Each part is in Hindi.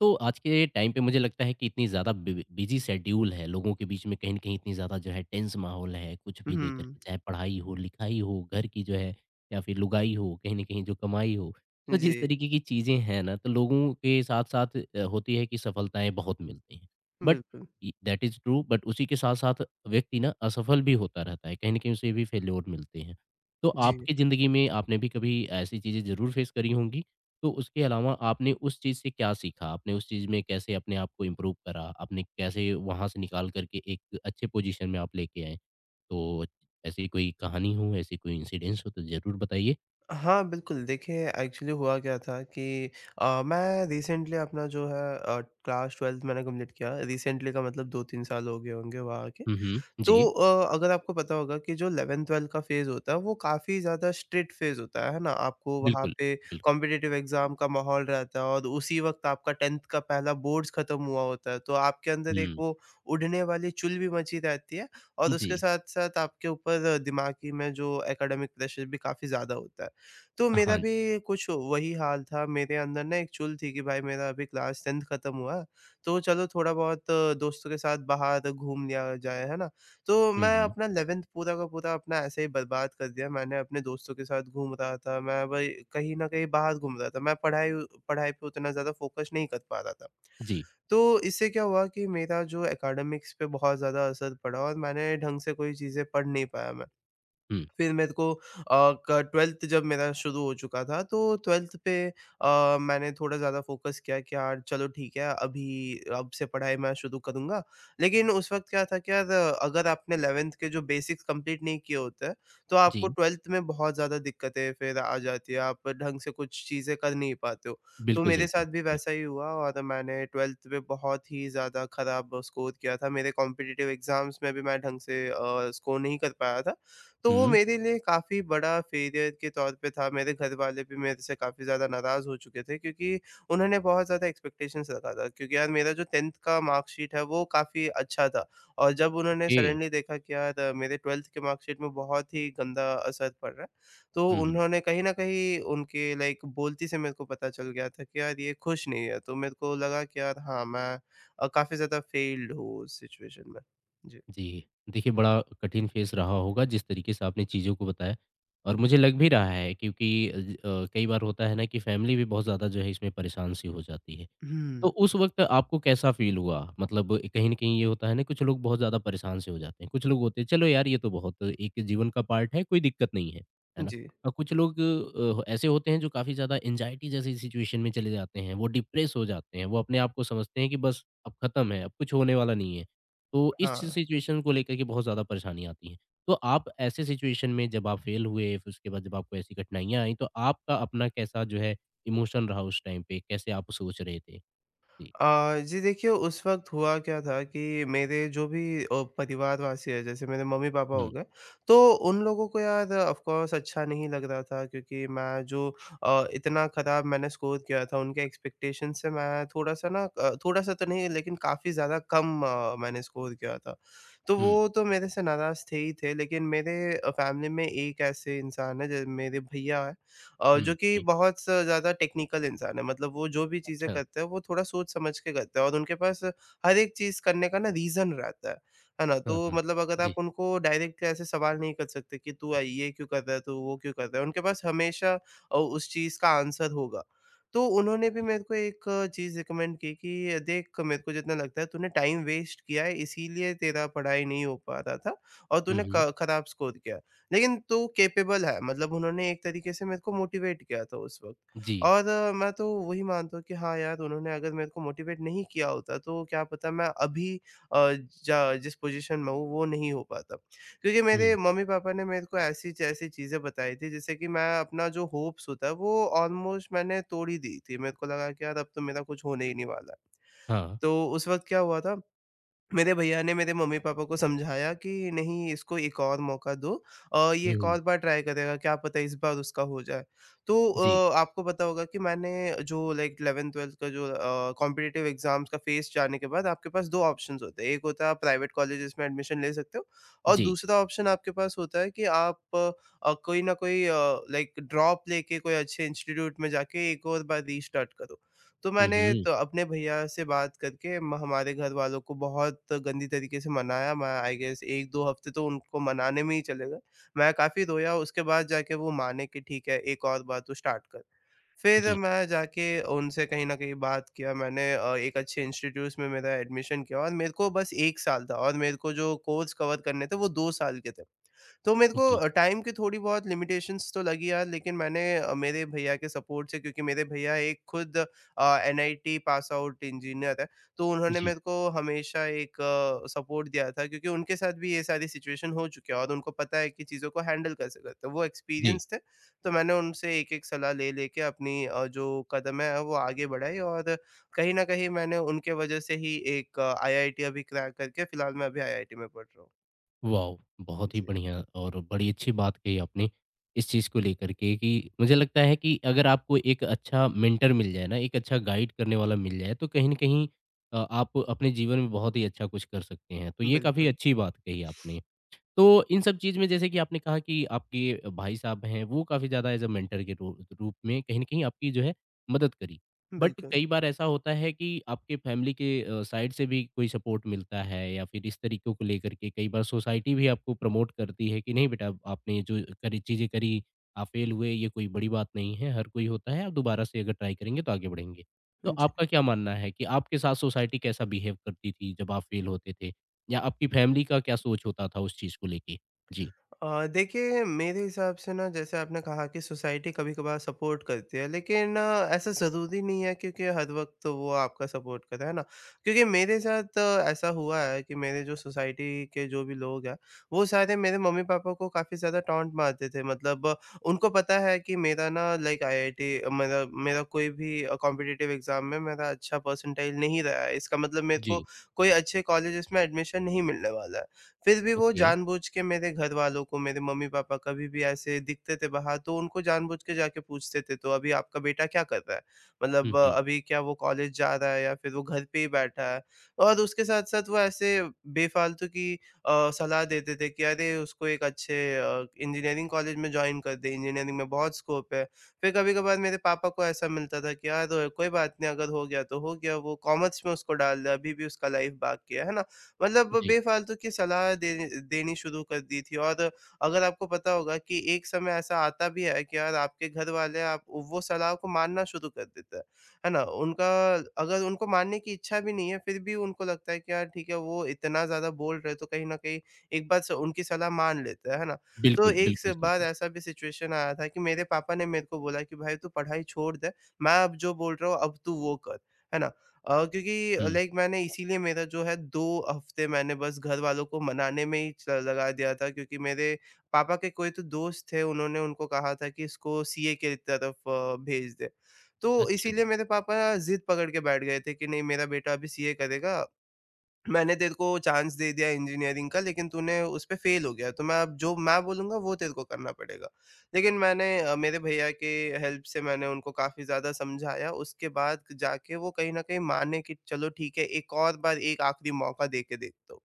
तो आज के टाइम पे मुझे लगता है कि इतनी ज़्यादा बिजी शेड्यूल है लोगों के बीच में कहीं ना कहीं इतनी ज़्यादा जो है टेंस माहौल है कुछ भी लेकर हुँ, के चाहे पढ़ाई हो लिखाई हो घर की जो है या फिर लुगाई हो कहीं ना कहीं जो कमाई हो। तो जिस जी, तरीके की चीज़ें हैं ना तो लोगों के साथ साथ होती है कि सफलताएं बहुत मिलती हैं। बट बिल्कुल। दैट इज़ ट्रू बट उसी के साथ साथ व्यक्ति ना असफल भी होता रहता है कहीं ना कहीं उसे भी फेल्योर मिलते हैं। तो जी। आपकी ज़िंदगी में आपने भी कभी ऐसी चीज़ें ज़रूर फेस करी होंगी। तो उसके अलावा आपने उस चीज़ से क्या सीखा? आपने उस चीज़ में कैसे अपने आप को इम्प्रूव करा? आपने कैसे वहाँ से निकाल कर के एक अच्छे पोज़ीशन में आप लेके आए? तो ऐसी कोई कहानी हो, ऐसी कोई इंसिडेंस हो तो ज़रूर बताइए। हाँ, बिल्कुल, देखिए एक्चुअली हुआ क्या था कि मैं रिसेंटली अपना जो है क्लास 12th मैंने कंप्लीट किया। रिसेंटली का मतलब 2-3 साल हो गए होंगे वहाँ। हुँ, हुँ। तो जी, अगर आपको पता होगा कि जो 11-12 का फ़ेज़ होता है, वो काफ़ी ज़्यादा स्ट्रिक्ट फ़ेज़ होता है ना? आपको वहाँ बिल्कुल, पे बिल्कुल। कॉम्पिटिटिव एग्ज़ाम का माहौल रहता है और उसी वक़्त आपका 10th का पहला बोर्ड्स ख़त्म हुआ होता है, तो आपके अंदर एक हुँ, वो उड़ने वाली चुल भी मची रहती है और उसके जी। साथ-साथ आपके ऊपर दिमागी में जो एकेडमिक प्रेशर भी काफ़ी ज़्यादा होता है। तो मेरा हाँ जी। भी कुछ वही हाल था, मेरे अंदर ना एक चुल थी कि भाई मेरा अभी क्लास 10th ख़त्म हुआ है, तो चलो थोड़ा-बहुत दोस्तों के साथ बाहर घूम लिया जाए, है ना? तो हुँ, मैं हुँ। अपना 11th पूरा का पूरा अपना ऐसे ही बर्बाद कर दिया। मैंने अपने दोस्तों के साथ घूम रहा था, मैं वही कहीं न कहीं बाहर घूम रहा था। मैं पढ़ाई पढ़ाई पे उतना ज़्यादा फ़ोकस नहीं कर पा रहा था। जी। तो इससे क्या हुआ कि मेरा जो एकेडमिक्स पे बहुत ज़्यादा असर पड़ा और मैंने ढंग से कोई चीज़ें पढ़ नहीं पाया मैं। हुँ, फिर मेरे को अ, क 12th जब मेरा शुरू हो चुका था तो 12th पे मैंने थोड़ा ज़्यादा फ़ोकस किया कि यार चलो ठीक है अभी अब से पढ़ाई मैं शुरू करूँगा। लेकिन उस वक़्त क्या था कि यार अगर आपने 11th के जो बेसिक्स कंप्लीट नहीं किए होते हैं, तो आपको जी। 12th में बहुत ज़्यादा दिक्कतें फिर आ जाती है, आप ढंग से कुछ चीज़ें कर नहीं पाते हो। तो बिल्कुल मेरे सही कहा। साथ भी जी। वैसा ही हुआ और मैंने 12th में बहुत ही ज़्यादा ख़राब स्कोर किया था। मेरे कॉम्पिटिटिव एग्ज़ाम्स में भी मैं ढंग से स्कोर नहीं कर पाया था। तो वो हुँ, मेरे लिए काफ़ी बड़ा फेलियर के तौर पे था, मेरे घर वाले भी मेरे से काफ़ी ज़्यादा नाराज़ हो चुके थे क्योंकि उन्होंने बहुत ज़्यादा एक्सपेक्टेशंस रखा था क्योंकि यार मेरा जो 10th का मार्कशीट है वो काफ़ी अच्छा था और जब उन्होंने ओके। सडनली देखा कि यार मेरे 12th के मार्कशीट में बहुत ही गंदा असर पड़ रहा है, तो हुँ, हुँ। उन्होंने कहीं न कहीं उनके लाइक बोलती से मेरे को पता चल गया था कि यार ये खुश नहीं है, तो मेरे को लगा कि यार हाँ, मैं काफ़ी ज़्यादा फेल्ड हूँ उस सिचुएशन में। जी। जी। देखिए, बड़ा कठिन फ़ेज़ रहा होगा जिस तरीके से आपने चीज़ों को बताया, और मुझे लग भी रहा है क्योंकि कई बार होता है ना कि फ़ैमिली भी बहुत ज़्यादा जो है इसमें परेशान सी हो जाती है। तो हुँ। उस वक़्त आपको कैसा फ़ील हुआ? मतलब कहीं न कहीं ये होता है ना, कुछ लोग बहुत ज़्यादा परेशान से हो जाते हैं। कुछ लोग होते हैं चलो यार ये तो बहुत एक जीवन का पार्ट है, कोई दिक्कत नहीं है, है ना? जी, और कुछ लोग ऐसे होते हैं जो काफ़ी ज़्यादा एंग्जायटी जैसी सिचुएशन में चले जाते हैं, वो डिप्रेस हो जाते हैं, वो अपने आप को समझते हैं कि बस अब ख़त्म है, अब कुछ होने वाला नहीं है। तो इस हाँ। सिचुएशन को लेकर के बहुत ज़्यादा परेशानी आती है। तो आप ऐसे सिचुएशन में जब आप फ़ेल हुए, फिर उसके बाद जब आपको ऐसी कठिनाइयाँ आई तो आपका अपना कैसा जो है इमोशन रहा उस टाइम पे? कैसे आप सोच रहे थे? जी, जी देखिए, उस वक़्त हुआ क्या था कि मेरे जो भी परिवारवासी हैं, जैसे मेरे मम्मी-पापा हो हुँ, गए, तो उन लोगों को यार ऑफ़ कोर्स अच्छा नहीं लग रहा था क्योंकि मैं जो इतना खराब मैंने स्कोर किया था, उनके एक्सपेक्टेशन से मैं थोड़ा-सा ना थोड़ा-सा तो नहीं लेकिन काफ़ी ज़्यादा कम मैंने स्कोर किया था। तो हुँ, वो तो मेरे से नाराज़ थे ही थे, लेकिन मेरे फ़ैमिली में एक ऐसे इंसान हैं ज मेरे भैया हैं, जो हुँ, कि जी, बहुत स ज़्यादा टेक्निकल इंसान है, मतलब वो जो भी चीज़ें अच्छा, करते हैं, वो थोड़ा सोच समझ के करते हैं और उनके पास हर एक चीज़ करने का ना रीज़न रहता है ना? हाँ, तो हाँ, मतलब अगर आप जी, उनको डायरेक्ट ऐसे सवाल नहीं कर सकते कि तू ये क्यों कर रहा है? तू वो क्यों कर रहा है? उनके पास हमेशा उस चीज़ का आंसर होगा। तो उन्होंने भी जी, मेरे को एक चीज़ रिकमेंड की कि देख मेरे को जितना लगता है तूने टाइम वेस्ट किया है इसीलिए तेरा पढ़ाई नहीं हो पा रहा था और हुँ, तूने हुँ, क खराब स्कोर किया। है। लेकिन तो कैपेबल है मतलब उन्होंने एक तरीके से मेरे को मोटिवेट किया था उस वक़्त जी, और मैं तो वही मानता हूँ कि हाँ यार उन्होंने अगर मेरे को मोटिवेट नहीं किया होता तो क्या पता मैं अभी अ, जा जिस पोज़ीशन में हूँ वो नहीं हो पाता। क्योंकि मेरे हुँ, मम्मी-पापा ने मेरे को ऐसी-ऐसी चीज़ें बताई थी जिससे कि मैं अपना जो होप्स होता है वो ऑलमोस्ट मैंने तोड़ ही दी थी। मेरे को लगा कि यार अब तो मेरा कुछ होने ही नहीं वाला है। हाँ, तो उस वक़्त क्या हुआ था, मेरे भैया ने मेरे मम्मी-पापा को समझाया कि नहीं इसको एक और मौका दो, ये एक हुँ, और बार ट्राई करेगा, क्या पता इस बार उसका हो जाए। तो जी, आपको पता होगा कि मैंने जो लाइक 11th-12th का जो कॉम्पिटिटिव एग्ज़ाम्स का फेज़ जाने के बाद आपके पास 2 ऑप्शंस होते हैं। एक होता है आप प्राइवेट कॉलेजेस में एडमिशन ले सकते हो और जी, दूसरा ऑप्शन आपके पास होता है कि आप कोई ना कोई लाइक ड्रॉप लेके कोई अच्छे इंस्टीट्यूट में जाके एक और बार रीस्टार्ट करो। तो हुँ, मैंने हुँ, तो अपने भैया से बात करके म हमारे घर वालों को बहुत गंदी तरीके से मनाया। मैं आई गेस 1-2 हफ्ते तो उनको मनाने में ही चले गए। मैं काफ़ी रोया उसके बाद जाके वो माने कि ठीक है एक और बार तू स्टार्ट कर। फिर जी, मैं जाके उनसे कहीं न कहीं बात किया, मैंने एक अच्छे इंस्टीट्यूट्स में मेरा एडमिशन किया और मेरे को बस 1 साल था और मेरे को जो कोर्स कवर करने थे वो 2 साल के थे। तो मेरे को जी, टाइम की थोड़ी बहुत लिमिटेशंस तो लगी यार, लेकिन मैंने मेरे भैया के सपोर्ट से, क्योंकि मेरे भैया एक खुद एनआईटी पास आउट इंजीनियर है, तो उन्होंने जी, मेरे को हमेशा एक सपोर्ट दिया था क्योंकि उनके साथ भी ये सारी सिचुएशन हो चुकी है और उनको पता है कि चीज़ों को हैंडल कैसे करते हैं, वो जी, एक्सपीरियंस थे। तो मैंने उनसे एक एक सलाह ले लेके अपनी जो कदम है वो आगे बढ़ाई और कहीं ना कहीं मैंने उनके वजह से ही एक आईआईटी अभी क्रैक करके फिलहाल मैं अभी आईआईटी में पढ़ रहा हूँ। वॉव! बहुत ही जी, बढ़िया और बड़ी अच्छी बात कही आपने इस चीज़ को लेकर के कि मुझे लगता है कि अगर आपको एक अच्छा मेंटर मिल जाए ना, एक अच्छा गाइड करने वाला मिल जाए, तो कहीं न कहीं आप अपने जीवन में बहुत ही अच्छा कुछ कर सकते हैं। तो ये काफ़ी बिल्कुल, अच्छी बात कही आपने। तो इन सब चीज़ में जैसे कि आपने कहा कि आपके भाई साहब हैं, वो काफ़ी ज़्यादा एज़ अ मेंटर के रू रूप में कहीं न कहीं आपकी जो है मदद करी। बट बिल्कुल। कई बार ऐसा होता है कि आपके फैमिली के साइड से भी कोई सपोर्ट मिलता है या फिर इस तरीकों को लेकर के कई बार सोसाइटी भी आपको प्रमोट करती है कि नहीं बेटा आपने ये जो करी चीज़ें करी, आप फेल हुए ये कोई बड़ी बात नहीं है, हर कोई होता है, आप दोबारा से अगर ट्राई करेंगे तो आगे बढ़ेंगे। तो जी। आपका क्या मानना है कि आपके साथ सोसाइटी कैसा बिहेव करती थी जब आप फेल होते थे? या आपकी फैमिली का क्या सोच होता था उस चीज़ को लेके? जी, देखिए मेरे हिसाब से ना जैसे आपने कहा कि सोसाइटी कभी-कभार सपोर्ट करती है, लेकिन ऐसा ज़रूरी नहीं है क्योंकि हर वक़्त तो वो आपका सपोर्ट करे, है ना? क्योंकि मेरे साथ ऐसा हुआ है कि मेरे जो सोसाइटी के जो भी लोग हैं, वो सारे मेरे मम्मी-पापा को काफ़ी ज़्यादा टॉन्ट मारते थे, मतलब उनको पता है कि मेरा ना लाइक आईआईटी मेरा मेरा कोई भी कॉम्पिटिटिव एग्ज़ाम में मेरा अच्छा परसेंटाइल नहीं रहा है। इसका मतलब मेरे को जी, कोई अच्छे कॉलेजेस में एडमिशन नहीं मिलने वाला है। फिर भी वो ओके। जानबूझ के मेरे घर वालों को, मेरे मम्मी-पापा कभी भी ऐसे दिखते थे बाहर तो उनको जानबूझ के जाके पूछते थे, "तो अभी आपका बेटा क्या कर रहा है? हुँ, मतलब हुँ, अभी क्या वो कॉलेज जा रहा है या फिर वो घर पे ही बैठा है?" और उसके साथ-साथ वो ऐसे बेफ़ालतू की सलाह देते थे कि अरे उसको एक अच्छे इंजीनियरिंग कॉलेज में जॉइन कर दे, इंजीनियरिंग में बहुत स्कोप है। फिर कभी-कभार मेरे पापा को ऐसा मिलता था कि यार कोई बात नहीं, अगर हो गया तो हो गया, वो कॉमर्स में उसको डाल दे, अभी भी उसका लाइफ बाकी है ना? मतलब जी। बेफ़ालतू की सलाह देनी देनी शुरू कर दी थी। और अगर आपको पता होगा कि एक समय ऐसा आता भी है कि यार आपके घर वाले आप वो सलाह को मानना शुरू कर देते हैं, है ना? उनका अगर उनको मानने की इच्छा भी नहीं है, फिर भी उनको लगता है कि यार ठीक है, वो इतना ज़्यादा बोल रहे हैं, तो कहीं न कहीं एक बार स उनकी सलाह मान लेते हैं, है ना? तो बिल्कुल, एक से बिल्कुल, जी, बार जी। ऐसा भी सिचुएशन आया था कि मेरे पापा ने मेरे को बोला कि, "भाई तू पढ़ाई छोड़ दे, मैं अब जो बोल रहा हूँ, अब तू वो कर।" है ना? क्योंकि हुँ, लाइक मैंने इसीलिए मेरा जो है 2 हफ्ते मैंने बस घर वालों को मनाने में ही च लगा दिया था क्योंकि मेरे पापा के कोई तो दोस्त थे, उन्होंने उनको कहा था कि इसको सीए की तरफ भेज दें। तो अच्छा इसीलिए जी, मेरे पापा ज़िद पकड़ के बैठ गए थे कि नहीं मेरा बेटा अभी सीए करेगा। मैंने तेरे को चांस दे दिया इंजीनियरिंग का लेकिन तूने उस पे फेल हो गया तो मैं अब जो मैं बोलूँगा वो तेरे को करना पड़ेगा। लेकिन मैंने मेरे भैया के हेल्प से मैंने उनको काफ़ी ज़्यादा समझाया, उसके बाद जाके वो कहीं न कहीं माने कि चलो ठीक है, एक और बार एक आखिरी मौका दे के देखता हूँ।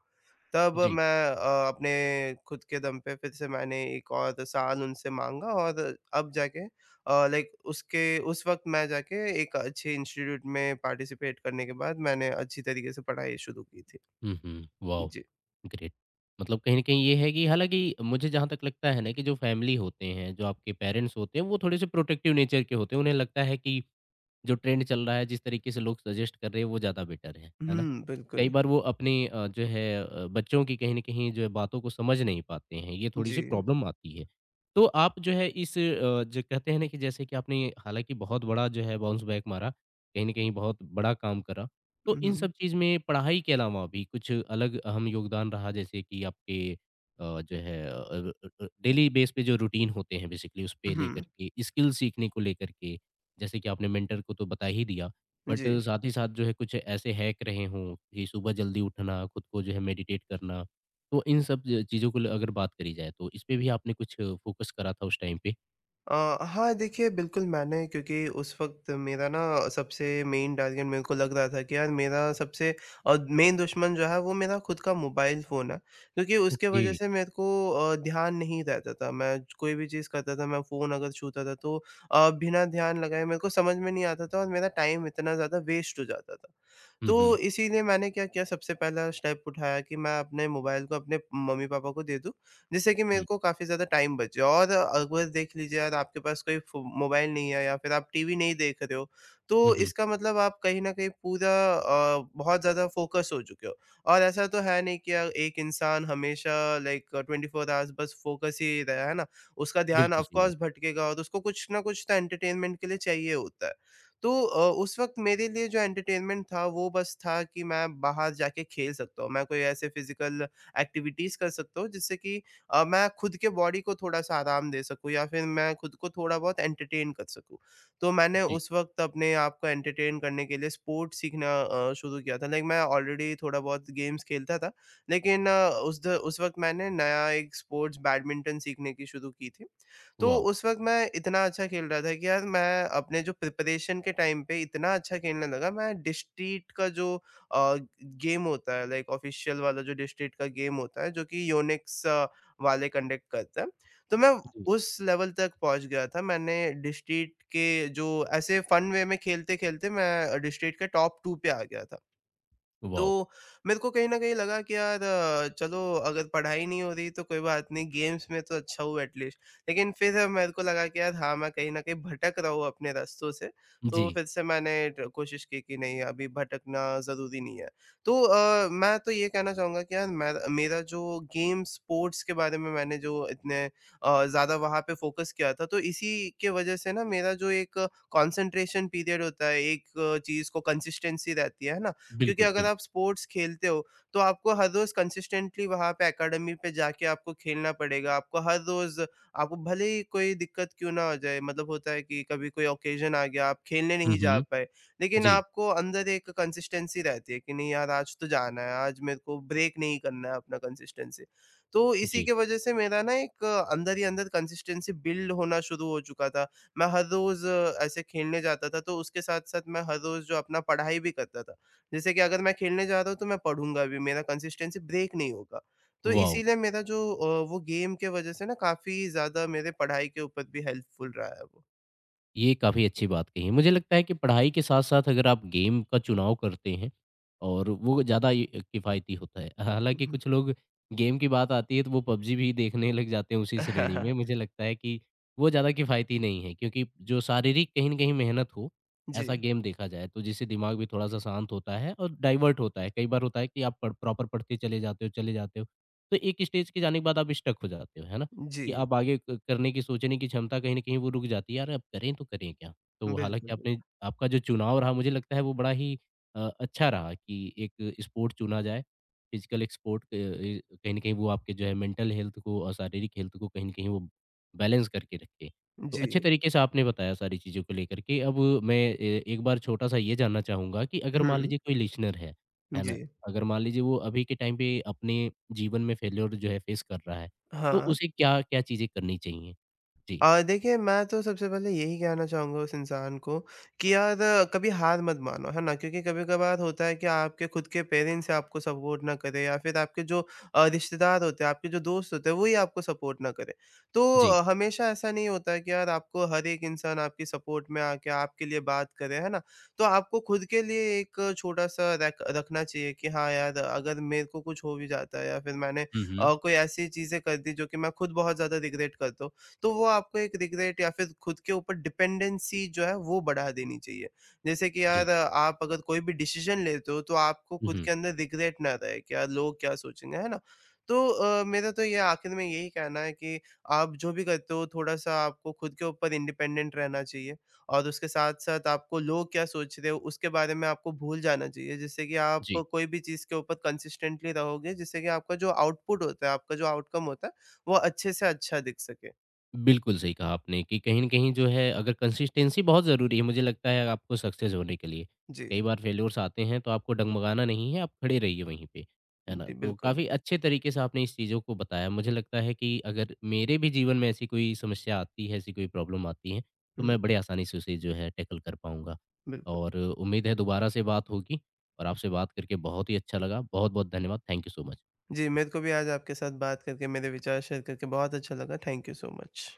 तब जी। मैं अपने खुद के दम पे फिर से मैंने 1 और साल उनसे माँगा और अब जाके लाइक उसके उस वक़्त मैं जाके एक अच्छे इंस्टीट्यूट में पार्टिसिपेट करने के बाद मैंने अच्छी तरीके से पढ़ाई शुरू की थी। हुँ, हुँ, वॉव! जी। ग्रेट। मतलब कहीं न कहीं ये है कि हालाँकि मुझे जहाँ तक लगता है ना कि जो फैमिली होते हैं, जो आपके पेरेंट्स होते हैं, वो थोड़े से प्रोटेक्टिव नेचर के होते हैं। उन्हें लगता है कि जो ट्रेंड चल रहा है, जिस तरीके से लोग सजेस्ट कर रहे हैं, वो ज़्यादा बेटर है ना? हुँ, कई बिल्कुल। बार वो अपनी जो है बच्चों की कहीं न कहीं जो है बातों को समझ नहीं पाते हैं, ये जी। थोड़ी-सी प्रॉब्लम आती है। तो आप जो है इस जो कहते हैं ना कि जैसे कि आपने हालाँकि बहुत बड़ा जो है बाउंस बैक मारा, कहीं न कहीं बहुत बड़ा काम करा। तो इन हुँ, सब चीज़ में पढ़ाई के अलावा भी कुछ अलग अहम योगदान रहा जैसे कि आपके जो है डेली बेस पे जो रूटीन होते हैं बेसिकली हुँ, उसपे लेकर हुँ, के, स्किल सीखने को लेकर के, जैसे कि आपने मेंटर को तो बता ही दिया, बट जी। साथ ही साथ जो है कुछ ऐसे हैक रहे हों कि सुबह जल्दी उठना, खुद को जो है मेडिटेट करना। तो इन सब चीज़ों को अगर बात करी जाए तो इस पे भी आपने कुछ फोकस करा था उस टाइम पे? हाँ, देखिए बिल्कुल मैंने क्योंकि उस वक़्त मेरा ना सबसे मेन टारगेट मेरे को लग रहा था कि यार मेरा सबसे मेन दुश्मन जो है वो मेरा खुद का मोबाइल फ़ोन है। क्योंकि उसके ओके। वजह से मेरे को ध्यान नहीं रहता था। मैं कोई भी चीज़ करता था, मैं फ़ोन अगर छूता था तो बिना ध्यान लगाए मेरे को समझ में नहीं आता था और मेरा टाइम इतना ज़्यादा वेस्ट हो जाता था। तो हम्म। इसीलिए मैंने क्या किया, सबसे पहला स्टेप उठाया कि मैं अपने मोबाइल को अपने मम्मी-पापा को दे दूँ जिससे कि मेरे हम्म को काफ़ी ज़्यादा टाइम बचे। और अगर देख लीजिए यार, आपके पास कोई फ़ो मोबाइल नहीं है या फिर आप टीवी नहीं देख रहे हो, हम्म। तो इसका मतलब आप कहीं न कहीं पूरा बहुत ज़्यादा फ़ोकस हो चुके हो। और ऐसा तो है नहीं कि यार एक इंसान हमेशा लाइक 24 आवर्स बस फ़ोकस ही रहा है ना, उसका ध्यान बिल्कुल ऑफ़ सही बात। कोर्स भटकेगा और उसको कुछ न कुछ तो एंटरटेनमेंट के लिए चाहिए होता है। तो उस वक़्त मेरे लिए जो एंटरटेनमेंट था वो बस था कि मैं बाहर जाके खेल सकता हूँ, मैं कोई ऐसे फ़िज़िकल एक्टिविटीज़ कर सकता हूँ जिससे कि मैं खुद के बॉडी को थोड़ा-सा आराम दे सकूँ या फिर मैं खुद को थोड़ा बहुत एंटरटेन कर सकूँ। तो मैंने जी। उस वक़्त अपने आप को एंटरटेन करने के लिए स्पोर्ट्स सीखना शुरू किया था। लाइक मैं ऑलरेडी थोड़ा बहुत गेम्स खेलता था, लेकिन उस वक़्त मैंने नया एक स्पोर्ट्स बैडमिंटन सीखने की शुरू की थी। तो वाह। उस वक़्त मैं इतना अच्छा खेल रहा था कि यार मैं अपने जो प्रिपरेशन के टाइम पे इतना अच्छा खेलने लगा, मैं डिस्ट्रिक्ट का जो अ, गेम होता है लाइक ऑफ़िशियल वाला जो डिस्ट्रिक्ट का गेम होता है, जो कि योनिक्स वाले कंडक्ट करते हैं। तो मैं जी। उस लेवल तक पहुँच गया था। मैंने डिस्ट्रिक्ट के जो ऐसे फ़न वे में खेलते-खेलते मैं डिस्ट्रिक्ट के टॉप 2 पे आ गया था। तो वाह। मेरे को कहीं न कहीं लगा कि यार चलो, अगर पढ़ाई नहीं हो रही तो कोई बात नहीं, गेम्स में तो अच्छा हूँ एटलीस्ट। लेकिन फिर मेरे को लगा कि यार हाँ, मैं कहीं न कहीं भटक रहा हूँ अपने रास्तों से। तो जी। फिर से मैंने ट कोशिश की कि नहीं, अभी भटकना ज़रूरी नहीं है। तो मैं तो ये कहना चाहूँगा कि यार मैं, मेरा जो गेम स्पोर्ट्स के बारे में मैंने जो इतने ज़्यादा वहाँ पे फ़ोकस किया था तो इसी के वज़ह से ना मेरा जो एक कंसंट्रेशन पीरियड होता है, एक चीज़ को कंसिस्टेंसी रहती है ना? क्योंकि बिल्कुल अगर बिल्कुल। आप स्पोर्ट्स खेलते हो, तो आपको हर रोज़ कंसिस्टेंटली वहाँ पे अकेडमी पे जाके आपको खेलना पड़ेगा। आपको हर रोज़ आपको भले ही कोई दिक्कत क्यों ना हो जाए, मतलब होता है कि कभी कोई ऑकेज़न आ गया, आप खेलने हम्म नहीं जा हम्म, पाए, लेकिन जी। आपको अंदर एक कंसिस्टेंसी रहती है कि नहीं यार, आज तो जाना है, आज मेरे को ब्रेक नहीं करना है अपना कंसिस्टेंसी। तो इसी जी। की वज़ह से मेरा ना एक अंदर ही अंदर कंसिस्टेंसी बिल्ड होना शुरू हो चुका था। मैं हर रोज़ ऐसे खेलने जाता था, तो उसके साथ-साथ मैं हर रोज़ जो अपना पढ़ाई भी करता था, जैसे कि अगर मैं खेलने जा रहा हूँ तो मैं पढ़ूँगा भी, मेरा कंसिस्टेंसी ब्रेक नहीं होगा। तो वाह। इसीलिए मेरा जो वो गेम के वज़ह से ना काफ़ी ज़्यादा मेरे पढ़ाई के ऊपर भी हेल्पफुल रहा है वो। ये काफ़ी अच्छी बात कही है। मुझे लगता है कि पढ़ाई के साथ-साथ अगर आप गेम का चुनाव करते हैं और वो ज़्यादा ये किफ़ायती होता है। हालाँकि हुँ। कुछ लोग गेम की बात आती है तो वो पबजी भी देखने लग जाते हैं उसी श्रेणी में। मुझे लगता है कि वो ज़्यादा किफ़ायती नहीं है क्योंकि जो शारीरिक कहीं न कहीं मेहनत हो, ऐसा जी, गेम देखा जाए तो जिससे दिमाग भी थोड़ा-सा शांत होता है और डाइवर्ट होता है। कई बार होता है कि आप पढ़ प्रॉपर पढ़ते चले जाते हो, तो एक स्टेज के जाने के बाद आप स्टक हो जाते हो, है ना? कि जी, आप आगे क करने की सोचने की क्षमता कहीं न कहीं वो रुक जाती है, यार अब करें तो करें क्या? तो हालाँकि बिल्कुल, आपने, आपका जो चुनाव रहा मुझे लगता है वो बड़ा ही अच्छा रहा कि एक स्पोर्ट चुना जाए, फिज़िकल एक स्पोर्ट अ, ए कहीं न कहीं वो आपके जो है मेंटल हेल्थ को और शारीरिक हेल्थ को कहीं न कहीं वो बैलेंस करके रखे। तो जी। अच्छे तरीके से आपने बताया सारी चीज़ों को लेकर के। अब मैं ए एक बार छोटा-सा ये जानना चाहूँगा कि अगर मान हुँ, लीजिए कोई लिसनर है ना? जी। अगर मान लीजिए वो अभी के टाइम पे अपने जीवन में फेल्योर जो है फेस कर रहा है, तो हाँ। उसे क्या-क्या चीज़ें करनी चाहिए? जी, देखिए मैं तो सबसे पहले यही कहना चाहूँगा उस इंसान को कि यार कभी हार मत मानो, है ना? क्योंकि कभी-कभार होता है कि आपके खुद के पेरेंट्स आपको सपोर्ट ना करें या फिर आपके जो रिश्तेदार होते हैं, आपके जो दोस्त होते हैं, वही आपको सपोर्ट ना करें। तो जी। हमेशा ऐसा नहीं होता है कि यार आपको हर एक इंसान आपकी सपोर्ट में आके आपके लिए बात करे, है ना? तो आपको खुद के लिए एक छोटा-सा रैक रखना चाहिए कि हाँ यार, अगर मेरे को कुछ हो भी जाता है या फिर मैंने हुँ, हुँ। कोई ऐसी चीज़ें कर दी जो कि मैं खुद बहुत ज़्यादा रिग्रेट करता हूँ, तो वो आपको एक रिग्रेट या फिर खुद के ऊपर डिपेंडेंसी जो है वो बढ़ा देनी चाहिए। जैसे कि यार जी। आप अगर कोई भी डिसीज़न लेते हो तो आपको हुँ, खुद हुँ। के अंदर रिग्रेट ना रहे कि यार लोग क्या सोचेंगे, है ना? तो मेरा तो ये आखिर में यही कहना है कि आप जो भी करते हो थोड़ा-सा आपको खुद के ऊपर इंडिपेंडेंट रहना चाहिए और उसके साथ-साथ आपको लोग क्या सोच रहे हो उसके बारे में आपको भूल जाना चाहिए, जिससे कि आप जी। कोई भी चीज़ के ऊपर कंसिस्टेंटली रहोगे, जिससे कि आपका जो आउटपुट होता है, आपका जो आउटकम होता है, वो अच्छे से अच्छा दिख सके। बिल्कुल सही कहा आपने कि कहीं न कहीं जो है अगर कंसिस्टेंसी बहुत ज़रूरी है, मुझे लगता है आपको सक्सेस होने के लिए। जी, कई बार फेल्योर्स आते हैं तो आपको डगमगाना नहीं है, आप खड़े रहिए वहीं पे, है ना? जी, तो बिल्कुल। काफ़ी अच्छे तरीके से आपने इस चीज़ों को बताया। मुझे लगता है कि अगर मेरे भी जीवन में ऐसी कोई समस्या आती है, ऐसी कोई प्रॉब्लम आती है, तो हुँ, मैं बड़े आसानी से उसे जो है टैकल कर पाऊँगा। बिल्कुल। और उम्मीद है दोबारा से बात होगी और आपसे बात करके बहुत ही अच्छा लगा। बहुत-बहुत धन्यवाद। Thank you so much. जी, मेरे को भी आज आपके साथ बात करके, मेरे विचार शेयर करके बहुत अच्छा लगा। Thank you so much.